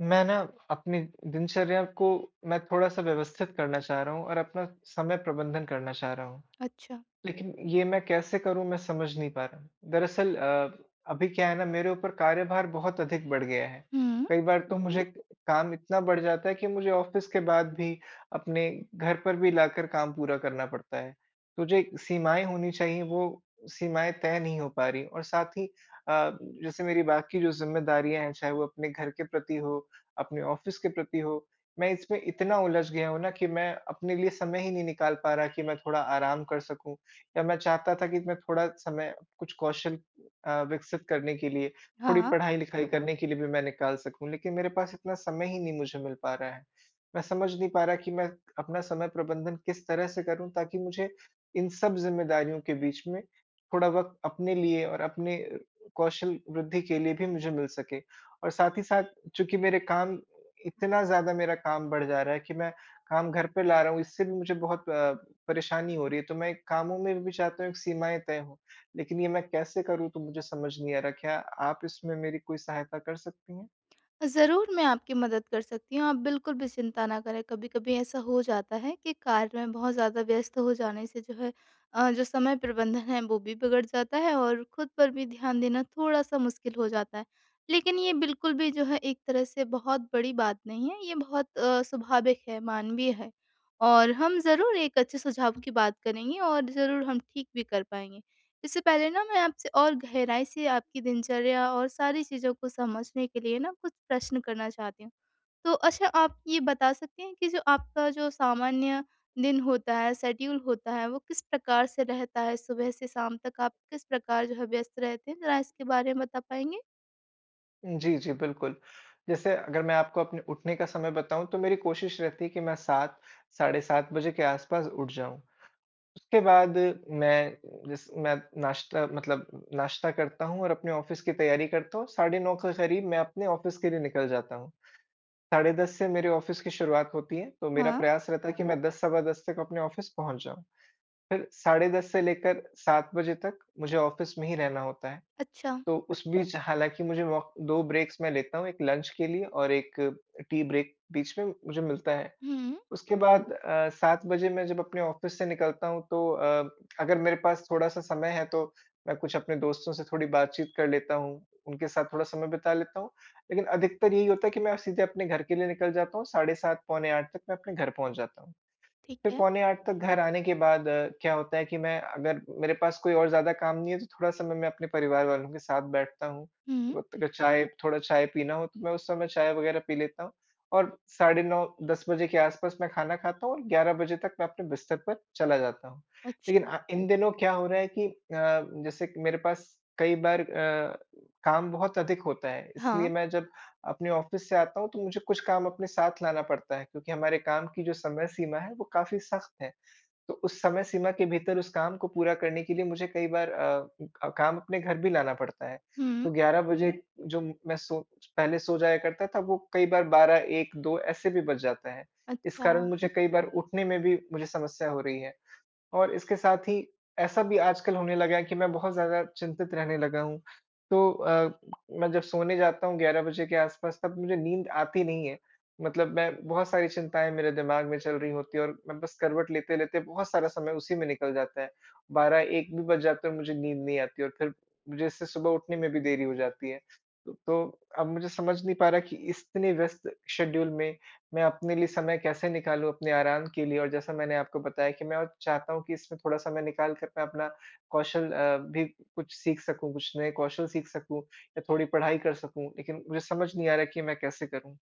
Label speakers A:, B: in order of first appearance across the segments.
A: मैं ना अपनी दिनचर्या को मैं थोड़ा-सा व्यवस्थित करना चाह रहा हूँ और अपना समय प्रबंधन करना चाह रहा हूँ।
B: अच्छा।
A: लेकिन ये मैं कैसे करूँ, मैं समझ नहीं पा रहा हूँ। दरअसल अभी क्या है ना, मेरे ऊपर कार्यभार बहुत अधिक बढ़ गया है।
B: हुँ।
A: कई बार तो जी, मुझे काम इतना बढ़ जाता है कि मुझे ऑफ़िस के बाद भी अपने घर पर भी लाकर काम पूरा करना पड़ता है। तो जो एक सीमाएँ होनी चाहिए, वो सीमाएँ तय नहीं हो पा रही, और साथ ही अ, जैसे मेरी बाकी जो ज़िम्मेदारियाँ हैं, चाहे वो अपने घर के प्रति हो, अपने ऑफ़िस के प्रति हो, मैं इसमें इतना उलझ गया हूँ ना कि मैं अपने लिए समय ही नहीं निकाल पा रहा कि मैं थोड़ा आराम कर सकूँ, या मैं चाहता था कि मैं थोड़ा समय कुछ कौशल विकसित करने के लिए, थोड़ी
B: हाँ,
A: पढ़ाई-लिखाई करने के लिए भी मैं निकाल सकूँ, लेकिन मेरे पास इतना समय ही नहीं मुझे मिल पा रहा है। मैं समझ नहीं पा रहा कि मैं अपना समय प्रबंधन किस तरह से करूँ, ताकि मुझे इन सब ज़िम्मेदारियों के बीच में थोड़ा वक़्त अपने लिए और अपने कौशल वृद्धि के लिए भी मुझे मिल सके। और साथ ही साथ चूँकि मेरे काम इतना ज़्यादा मेरा काम बढ़ जा रहा है कि मैं काम घर पे ला रहा हूँ, इससे भी मुझे बहुत परेशानी हो रही है, तो मैं कामों में भी चाहता हूँ एक सीमाएँ तय हों, लेकिन ये मैं कैसे करूँ, तो मुझे समझ नहीं आ रहा। क्या आप इसमें मेरी कोई सहायता कर सकती हैं?
B: ज़रूर मैं आपकी मदद कर सकती हूँ, आप बिल्कुल भी चिंता ना करें। कभी-कभी ऐसा हो जाता है कि कार्य में बहुत ज़्यादा व्यस्त हो जाने से जो है जो समय प्रबंधन है वो भी बिगड़ जाता है और खुद पर भी ध्यान देना थोड़ा-सा मुश्किल हो जाता है। लेकिन ये बिल्कुल भी जो है एक तरह से बहुत बड़ी बात नहीं है, ये बहुत स्वाभाविक है, मानवीय है। और हम ज़रूर एक अच्छे सुझाव की बात करेंगे और ज़रूर हम ठीक भी कर पाएँगे। इससे पहले ना मैं आपसे और गहराई से आपकी दिनचर्या और सारी चीज़ों को समझने के लिए ना कुछ प्रश्न करना चाहती हूँ। तो अच्छा आप ये बता सकती हैं कि जो आपका जो सामान्य दिन होता है, शेड्यूल होता है, वो किस प्रकार से रहता है? सुबह से शाम तक आप किस प्रकार जो है व्यस्त रहते हैं? ज़रा इसके बारे में बता पाएँगे?
A: जी, जी, बिल्कुल। जैसे अगर मैं आपको अपने उठने का समय बताऊँ, तो मेरी कोशिश रहती है कि मैं 7, साढ़े 7 बजे के आसपास उठ जाऊँ। उसके बाद मैं जैस मैं नाश्ता मतलब नाश्ता करता हूँ और अपने ऑफ़िस की तैयारी करता हूँ, साढ़े 9 के करीब मैं अपने ऑफ़िस के लिए निकल जाता हूँ। 10:30 से मेरे ऑफ़िस की शुरुआत होती है, तो मेरा
B: हाँ।
A: प्रयास रहता है कि हुँ। मैं 10, सवा 10 तक अपने ऑफ़िस पहुँच जाऊँ। फिर 10:30 से लेकर 7 बजे तक मुझे ऑफ़िस में ही रहना होता है।
B: अच्छा।
A: तो उस, अच्छा, बीच हालाँकि मुझे मौ 2 ब्रेक्स मैं लेता हूँ, एक लंच के लिए और एक टी ब्रेक बीच में मुझे मिलता है।
B: हुँ,
A: उसके बाद 7 बजे मैं जब अपने ऑफ़िस से निकलता हूँ, तो अगर मेरे पास थोड़ा-सा समय है, तो मैं कुछ अपने दोस्तों से थोड़ी बातचीत कर लेता हूँ, उनके साथ थोड़ा समय बिता लेता हूँ। लेकिन अधिकतर यही होता है कि मैं सीधे अपने घर के लिए निकल जाता हूँ, साढ़े 7, पौने 8 तक मैं अपने घर पहुँच जाता हूँ।
B: ठीक
A: फिर
B: है।
A: पौने 8 तक घर आने के बाद क्या होता है कि मैं, अगर मेरे पास कोई और ज़्यादा काम नहीं है, तो थोड़ा समय मैं अपने परिवार वालों के साथ बैठता हूँ।
B: हुँ,
A: वक़्त अगर चाय थोड़ा चाय पीना हो, तो मैं उस समय चाय वग़ैरह पी लेता हूँ, और साढ़े 9, 10 बजे के आस-पास मैं खाना खाता हूँ और 11 बजे तक मैं अपने बिस्तर पर चला जाता हूँ। लेकिन
B: अच्छा।
A: इन दिनों क्या हो रहा है कि जैसे कि मेरे पास कई बार काम बहुत अधिक होता है, इसलिए
B: हाँ।
A: मैं जब अपने ऑफ़िस से आता हूँ, तो मुझे कुछ काम अपने साथ लाना पड़ता है, क्योंकि हमारे काम की जो समय सीमा है वो काफ़ी सख़्त है। तो उस समय सीमा के भीतर उस काम को पूरा करने के लिए मुझे कई बार अ, क काम अपने घर भी लाना पड़ता है।
B: हुँ,
A: तो 11 बजे, जो मैं पहले सो जाया करता था, वो कई बार 12, 1, 2 ऐसे भी बज जाता है। इस
B: अच्छा।
A: कारण मुझे कई बार उठने में भी मुझे समस्या हो रही है। और इसके साथ ही ऐसा भी आजकल होने लगा है कि मैं बहुत ज़्यादा चिंतित रहने लगा हूँ। तो मैं जब सोने जाता हूँ 11 बजे के आस-पास, तब मुझे नींद आती नहीं है। मतलब, मैं बहुत सारी चिंताएँ मेरे दिमाग में चल रही होती हैं और मैं बस करवट लेते-लेते बहुत सारा समय उसी में निकल जाता है। 12-1 भी बज जाता है और मुझे नींद नहीं आती, और फिर मुझे इससे सुबह उठने में भी देरी हो जाती है। तो अब मुझे समझ नहीं पा रहा कि इतने व्यस्त शेड्यूल में मैं अपने लिए समय कैसे निकालूँ, अपने आराम के लिए, और जैसा मैंने आपको बताया कि मैं और चाहता हूँ कि इसमें थोड़ा समय निकाल कर मैं अपना कौशल भी कुछ सीख सकूँ, कुछ नए कौशल सीख सकूँ, या थोड़ी पढ़ाई कर सकूँ, लेकिन मुझे समझ नहीं आ रहा कि मैं कैसे करूँ?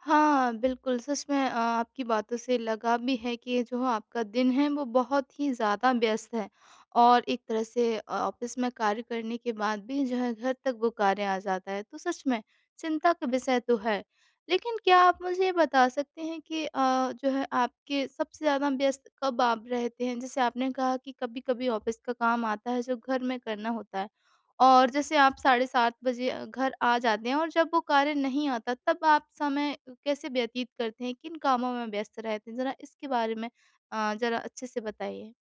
B: हाँ, बिल्कुल, सच में आपकी बातों से लगा भी है कि ये जो आपका दिन है वो बहुत ही ज़्यादा व्यस्त है, और एक तरह से ऑफ़िस में कार्य करने के बाद भी जो है घर तक वो कार्य आ जाता है, तो सच में चिंता का विषय तो है। लेकिन क्या आप मुझे ये बता सकते हैं कि जो है आपके सबसे ज़्यादा व्यस्त कब आप रहते हैं? जैसे आपने कहा कि कभी-कभी ऑफ़िस का काम आता है जो घर में करना होता है, और जैसे आप साढ़े 7 बजे घर आ जाते हैं और जब वो कार्य नहीं आता तब आप समय कैसे व्यतीत करते हैं? किन कामों में व्यस्त रहते हैं? ज़रा इसके बारे में ज़रा अच्छे से बताइए।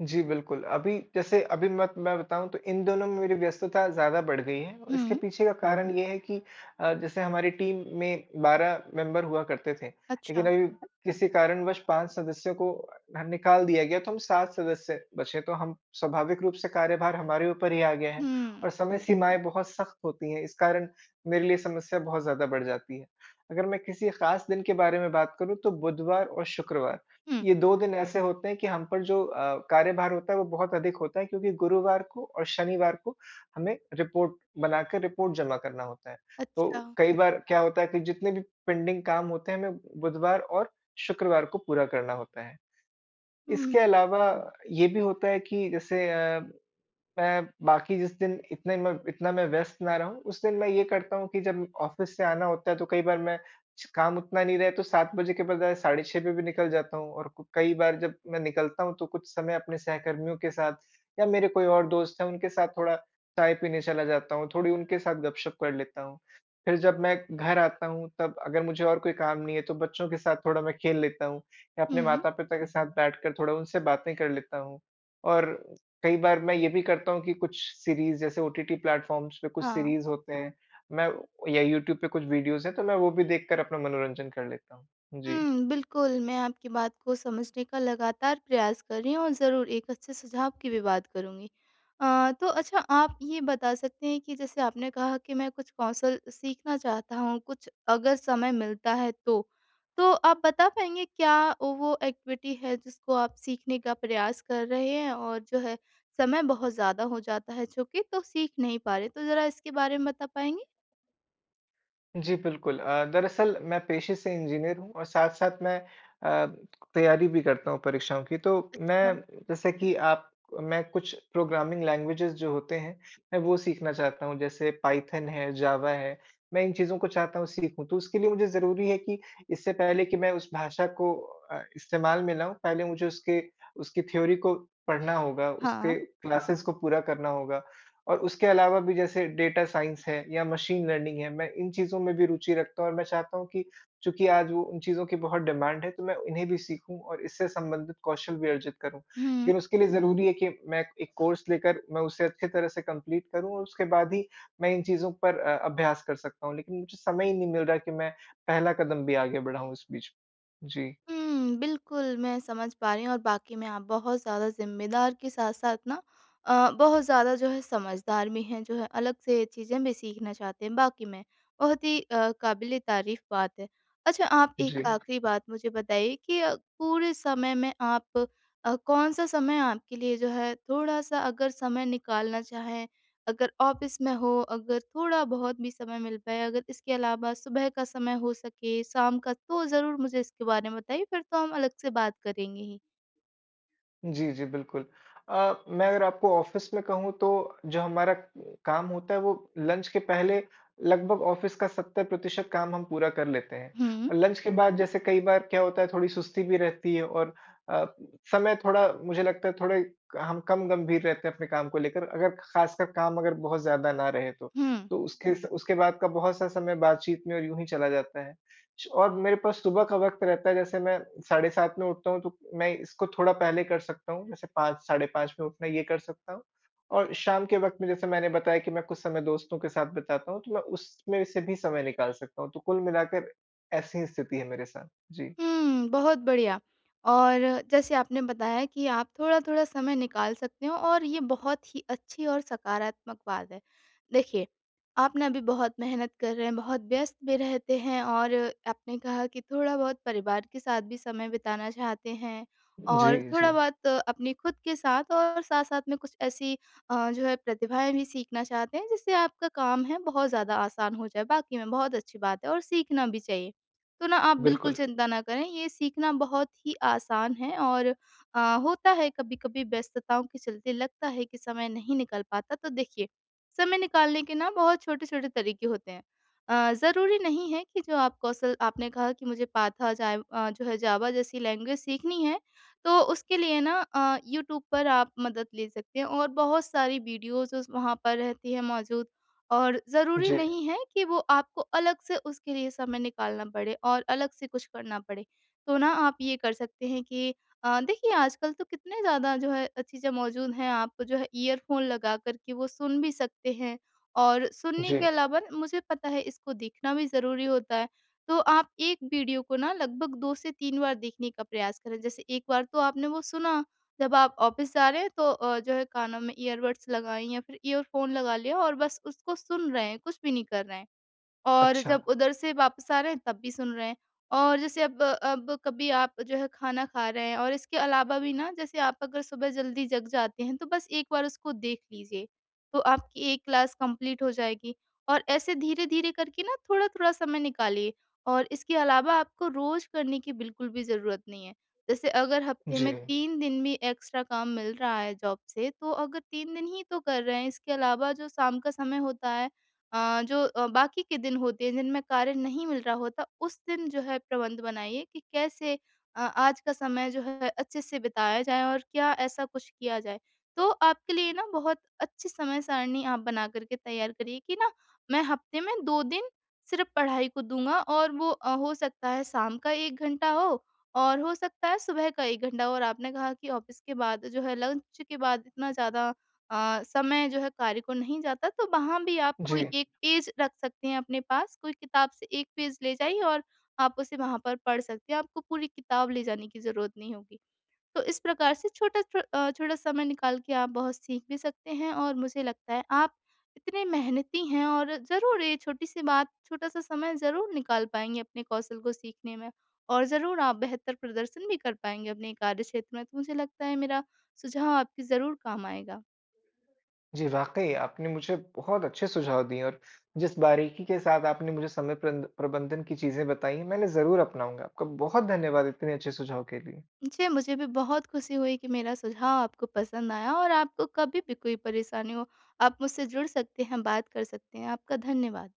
A: जी, बिल्कुल। अभी जैसे अभी मत मैं बताऊँ, तो इन दोनों में मेरी व्यस्तता ज़्यादा बढ़ गई है। और इसके
B: हुँ,
A: पीछे का कारण हुँ। ये है कि जैसे हमारी टीम में 12 मेंबर हुआ करते थे, लेकिन
B: अच्छा।
A: अभी, अच्छा, किसी कारणवश 5 सदस्यों को निकाल दिया गया, तो हम 7 सदस्य बचे। तो हम स्वाभाविक रूप से कार्यभार हमारे ऊपर ही आ गया है,
B: हुँ,
A: और समय, बिल्कुल, सीमाएँ बहुत सख्त होती हैं। इस कारण मेरे लिए समस्या बहुत ज़्यादा बढ़ जाती है। अगर मैं किसी ख़ास दिन के बारे में बात करूँ, तो बुधवार और शुक्रवार,
B: हुँ,
A: ये 2 दिन ऐसे होते हैं कि हम पर जो कार्यभार होता है वो बहुत अधिक होता है, क्योंकि गुरुवार को और शनिवार को हमें रिपोर्ट बनाकर रिपोर्ट जमा करना होता है।
B: अच्छा।
A: तो कई बार क्या होता है कि जितने भी पेंडिंग काम होते हैं, हमें बुधवार और शुक्रवार को पूरा करना होता है। इसके
B: हुँ,
A: अलावा ये भी होता है कि जैसे अ, मैं, बाकी जिस दिन इतने मैं इतना मैं व्यस्त ना रहूँ, उस दिन मैं ये करता हूँ कि जब ऑफ़िस से आना होता है, तो कई बार मैं च काम उतना नहीं रहे, तो 7 बजे के बजाय साढ़े 6 पे भी निकल जाता हूँ, और क कई बार जब मैं निकलता हूँ, तो कुछ समय अपने सहकर्मियों के साथ, या मेरे कोई और दोस्त हैं, उनके साथ थोड़ा चाय पीने चला जाता हूँ, थोड़ी उनके साथ गपशप कर लेता हूँ। फिर जब मैं घर आता हूँ, तब अगर मुझे और कोई काम नहीं है, तो बच्चों के साथ थोड़ा मैं खेल लेता हूँ, या अपने
B: हुँ,
A: माता-पिता के साथ बैठकर थोड़ा उनसे बातें कर लेता हूँ। और कई बार मैं ये भी करता हूँ कि कुछ सीरीज़, जैसे ओटीटी प्लेटफ़ॉर्म्स पे कुछ
B: हाँ।
A: सीरीज़ होते हैं, मैं या यूट्यूब पे कुछ वीडियोज़ हैं, तो मैं वो भी देखकर अपना मनोरंजन कर लेता हूँ। जी।
B: हुँ, बिल्कुल, मैं आपकी बात को समझने का लगातार प्रयास कर रही हूँ और ज़रूर एक अच्छे सुझाव की भी बात करूँगी। तो अच्छा आप ये बता सकते हैं कि जैसे आपने कहा कि मैं कुछ कौशल सीखना चाहता हूँ, कुछ अगर समय मिलता है तो। तो आप बता पाएँगे क्या वो एक्टिविटी है जिसको आप सीखने का प्रयास कर रहे हैं, और जो है समय बहुत ज़्यादा हो जाता है चूँकि तो सीख नहीं पा रहे, तो ज़रा इसके बारे में बता पाएँगे?
A: जी, बिल्कुल। दरअसल मैं पेशे से इंजीनियर हूँ, और साथ-साथ मैं अ, तैयारी भी करता हूँ परीक्षाओं की। तो
B: अच्छा।
A: मैं जैसे कि आप मैं कुछ प्रोग्रामिंग लैंग्वेजेज़ जो होते हैं, मैं वो सीखना चाहता हूँ, जैसे पाइथन है, जावा है। मैं इन चीज़ों को चाहता हूँ सीखूँ, तो उसके लिए मुझे ज़रूरी है कि इससे पहले कि मैं उस भाषा को इस्तेमाल में लाऊँ, पहले मुझे उसके उसकी थ्योरी को पढ़ना होगा,
B: हाँ,
A: उसके क्लासेस, हाँ, को पूरा करना होगा। और उसके अलावा भी, जैसे डेटा साइंस है या मशीन लर्निंग है, मैं इन चीज़ों में भी रुचि रखता हूँ, और मैं चाहता हूँ कि, चूँकि आज वो उन चीज़ों की बहुत डिमांड है, तो मैं इन्हें भी सीखूँ और इससे संबंधित कौशल भी अर्जित करूँ।
B: हुँ।
A: लेकिन उसके लिए ज़रूरी है कि मैं एक कोर्स लेकर मैं उसे अच्छी तरह से कंप्लीट करूँ, और उसके बाद ही मैं इन चीज़ों पर अभ्यास कर सकता हूँ। लेकिन मुझे समय ही नहीं मिल रहा कि मैं पहला कदम भी आगे बढ़ाऊँ इस बीच। जी,
B: हुँ, बिल्कुल, मैं समझ पा रही हूँ और वाक़ई में आप बहुत ज़्यादा ज़िम्मेदार के साथ-साथ ना बहुत ज़्यादा जो है समझदार भी हैं, जो है अलग से चीज़ें भी सीखना चाहते हैं, वाक़ई में बहुत ही काबिले तारीफ़ बात है। अच्छा, आप
A: जी।
B: एक आखिरी बात मुझे बताइए कि पूरे समय में आप कौन-सा समय आपके लिए जो है थोड़ा-सा अगर समय निकालना चाहें, अगर ऑफ़िस में हो, अगर थोड़ा-बहुत भी समय मिल पाए, अगर इसके अलावा सुबह का समय हो सके, शाम का, तो ज़रूर मुझे इसके बारे में बताइए, फिर तो हम अलग से बात करेंगे ही।
A: जी, जी, बिल्कुल। मैं अगर आपको ऑफ़िस में कहूँ, तो जो हमारा काम होता है वो लंच के पहले लगभग ऑफ़िस का 70% काम हम पूरा कर लेते हैं।
B: हुँ,
A: और लंच के बाद जैसे कई बार क्या होता है, थोड़ी सुस्ती भी रहती है, और अ, समय, थोड़ा मुझे लगता है, थोड़े हम कम गंभीर रहते हैं अपने काम को लेकर, अगर ख़ासकर काम अगर बहुत ज़्यादा ना रहे तो।
B: हुँ।
A: तो उसके बाद का बहुत-सा समय बातचीत में और यूँ ही चला जाता है। और मेरे पास सुबह का वक़्त रहता है, जैसे मैं साढ़े 7 में उठता हूँ, तो मैं इसको थोड़ा पहले कर सकता हूँ, जैसे 5, साढ़े 5 में उठना, ये कर सकता हूँ। और शाम के वक़्त में जैसे मैंने बताया कि मैं कुछ समय दोस्तों के साथ बिताता हूँ, तो मैं उसमें से भी समय निकाल सकता हूँ। तो कुल मिलाकर ऐसी ही स्थिति है मेरे साथ। जी।
B: हुँ, बहुत बढ़िया। और जैसे आपने बताया कि आप थोड़ा-थोड़ा समय निकाल सकते हो, और ये बहुत ही अच्छी और सकारात्मक बात है। देखिए, आप ना अभी बहुत मेहनत कर रहे हैं, बहुत व्यस्त भी रहते हैं, और आपने कहा कि थोड़ा-बहुत परिवार के साथ भी समय बिताना चाहते हैं,
A: जी,
B: और
A: जी।
B: थोड़ा-बहुत अपनी खुद के साथ, और साथ-साथ में कुछ ऐसी जो है प्रतिभाएँ भी सीखना चाहते हैं, जिससे आपका काम है बहुत ज़्यादा आसान हो जाए। वाक़ई में बहुत अच्छी बात है और सीखना भी चाहिए। तो ना आप बिल्कुल
A: बिल्कुल।
B: चिंता ना करें, ये सीखना बहुत ही आसान है, और अ, होता है कभी-कभी व्यस्तताओं के चलते लगता है कि समय नहीं निकल पाता, तो देखिए, समय निकालने के ना बहुत छोटे-छोटे तरीके होते हैं। ज़रूरी नहीं है कि जो आप कौशल आपने कहा कि मुझे जो है जावा जैसी लैंग्वेज सीखनी है, तो उसके लिए ना यूट्यूब पर आप मदद ले सकते हैं और बहुत सारी वीडियोज़ उस वहाँ पर रहती हैं मौजूद। और ज़रूरी
A: जी,
B: नहीं है कि वो आपको अलग से उसके लिए समय निकालना पड़े और अलग से कुछ करना पड़े। तो ना आप ये कर सकते हैं कि देखिए आजकल तो कितने ज़्यादा जो है चीज़ें मौजूद हैं, आप जो है ईयरफ़ोन लगा कर के वो सुन भी सकते हैं, और सुनने के
A: जी।
B: अलावा न, मुझे पता है इसको देखना भी ज़रूरी होता है। तो आप एक वीडियो को ना लगभग 2 से 3 बार देखने का प्रयास करें। जैसे एक बार तो आपने वो सुना, जब आप ऑफ़िस जा रहे हैं तो जो है कानों में ईयरबड्स लगाएँ या फिर ईयरफ़ोन लगा लिया और बस उसको सुन रहे हैं, कुछ भी नहीं कर रहे हैं। और
A: अच्छा।
B: जब उधर से वापस आ रहे हैं तब भी सुन रहे हैं। और जैसे अब कभी आप जो है खाना खा रहे हैं, और इसके अलावा भी ना जैसे आप अगर सुबह जल्दी जग जाते हैं तो बस एक बार उसको देख लीजिए, तो आपकी एक क्लास कंप्लीट हो जाएगी। और ऐसे धीरे-धीरे करके ना थोड़ा-थोड़ा समय निकालिए, और इसके अलावा आपको रोज़ करने की बिल्कुल भी ज़रूरत नहीं है। जैसे अगर हफ्ते
A: जी,
B: में 3 दिन भी एक्स्ट्रा काम मिल रहा है जॉब से, तो अगर 3 दिन ही तो कर रहे हैं, इसके अलावा जो शाम का समय होता है, जो बाकी के दिन होते हैं जिनमें कार्य नहीं मिल रहा होता, उस दिन जो है प्रबंध बनाइए कि कैसे आज का समय जो है अच्छे से बिताया जाए और क्या ऐसा कुछ किया जाए। तो आपके लिए ना बहुत अच्छी समय सारणी आप बना कर के तैयार करिए कि ना मैं हफ्ते में 2 दिन सिर्फ़ पढ़ाई को दूँगा, और वो हो सकता है शाम का 1 घंटा हो और हो सकता है सुबह का 1 घंटा हो। और आपने कहा कि ऑफ़िस के बाद जो है लंच के बाद इतना ज़्यादा समय जो है कार्य को नहीं जाता, तो वहाँ भी आप
A: जी।
B: कोई एक पेज रख सकते हैं अपने पास, कोई किताब से एक पेज ले जाइए और आप उसे वहाँ पर पढ़ सकते हैं, आपको पूरी किताब ले जाने की ज़रूरत नहीं होगी। तो इस प्रकार से छोटा समय निकाल के आप बहुत सीख भी सकते हैं, और मुझे लगता है आप इतने मेहनती हैं और ज़रूर ये छोटी-सी बात, छोटा-सा समय ज़रूर निकाल पाएँगे अपने कौशल को सीखने में, और ज़रूर आप बेहतर प्रदर्शन भी कर पाएँगे अपने कार्य क्षेत्र में। तो मुझे लगता है मेरा सुझाव आपके ज़रूर काम आएगा।
A: जी, वाक़ई आपने मुझे बहुत अच्छे सुझाव दिए, और जिस बारीकी के साथ आपने मुझे समय प्रंद प्रबंधन की चीज़ें बताई हैं, मैं इन्हें ज़रूर अपनाऊँगा। आपका बहुत धन्यवाद इतने अच्छे सुझाव के लिए।
B: जी, मुझे भी बहुत खुशी हुई कि मेरा सुझाव आपको पसंद आया, और आपको कभी भी कोई परेशानी हो, आप मुझसे जुड़ सकते हैं, बात कर सकते हैं। आपका धन्यवाद।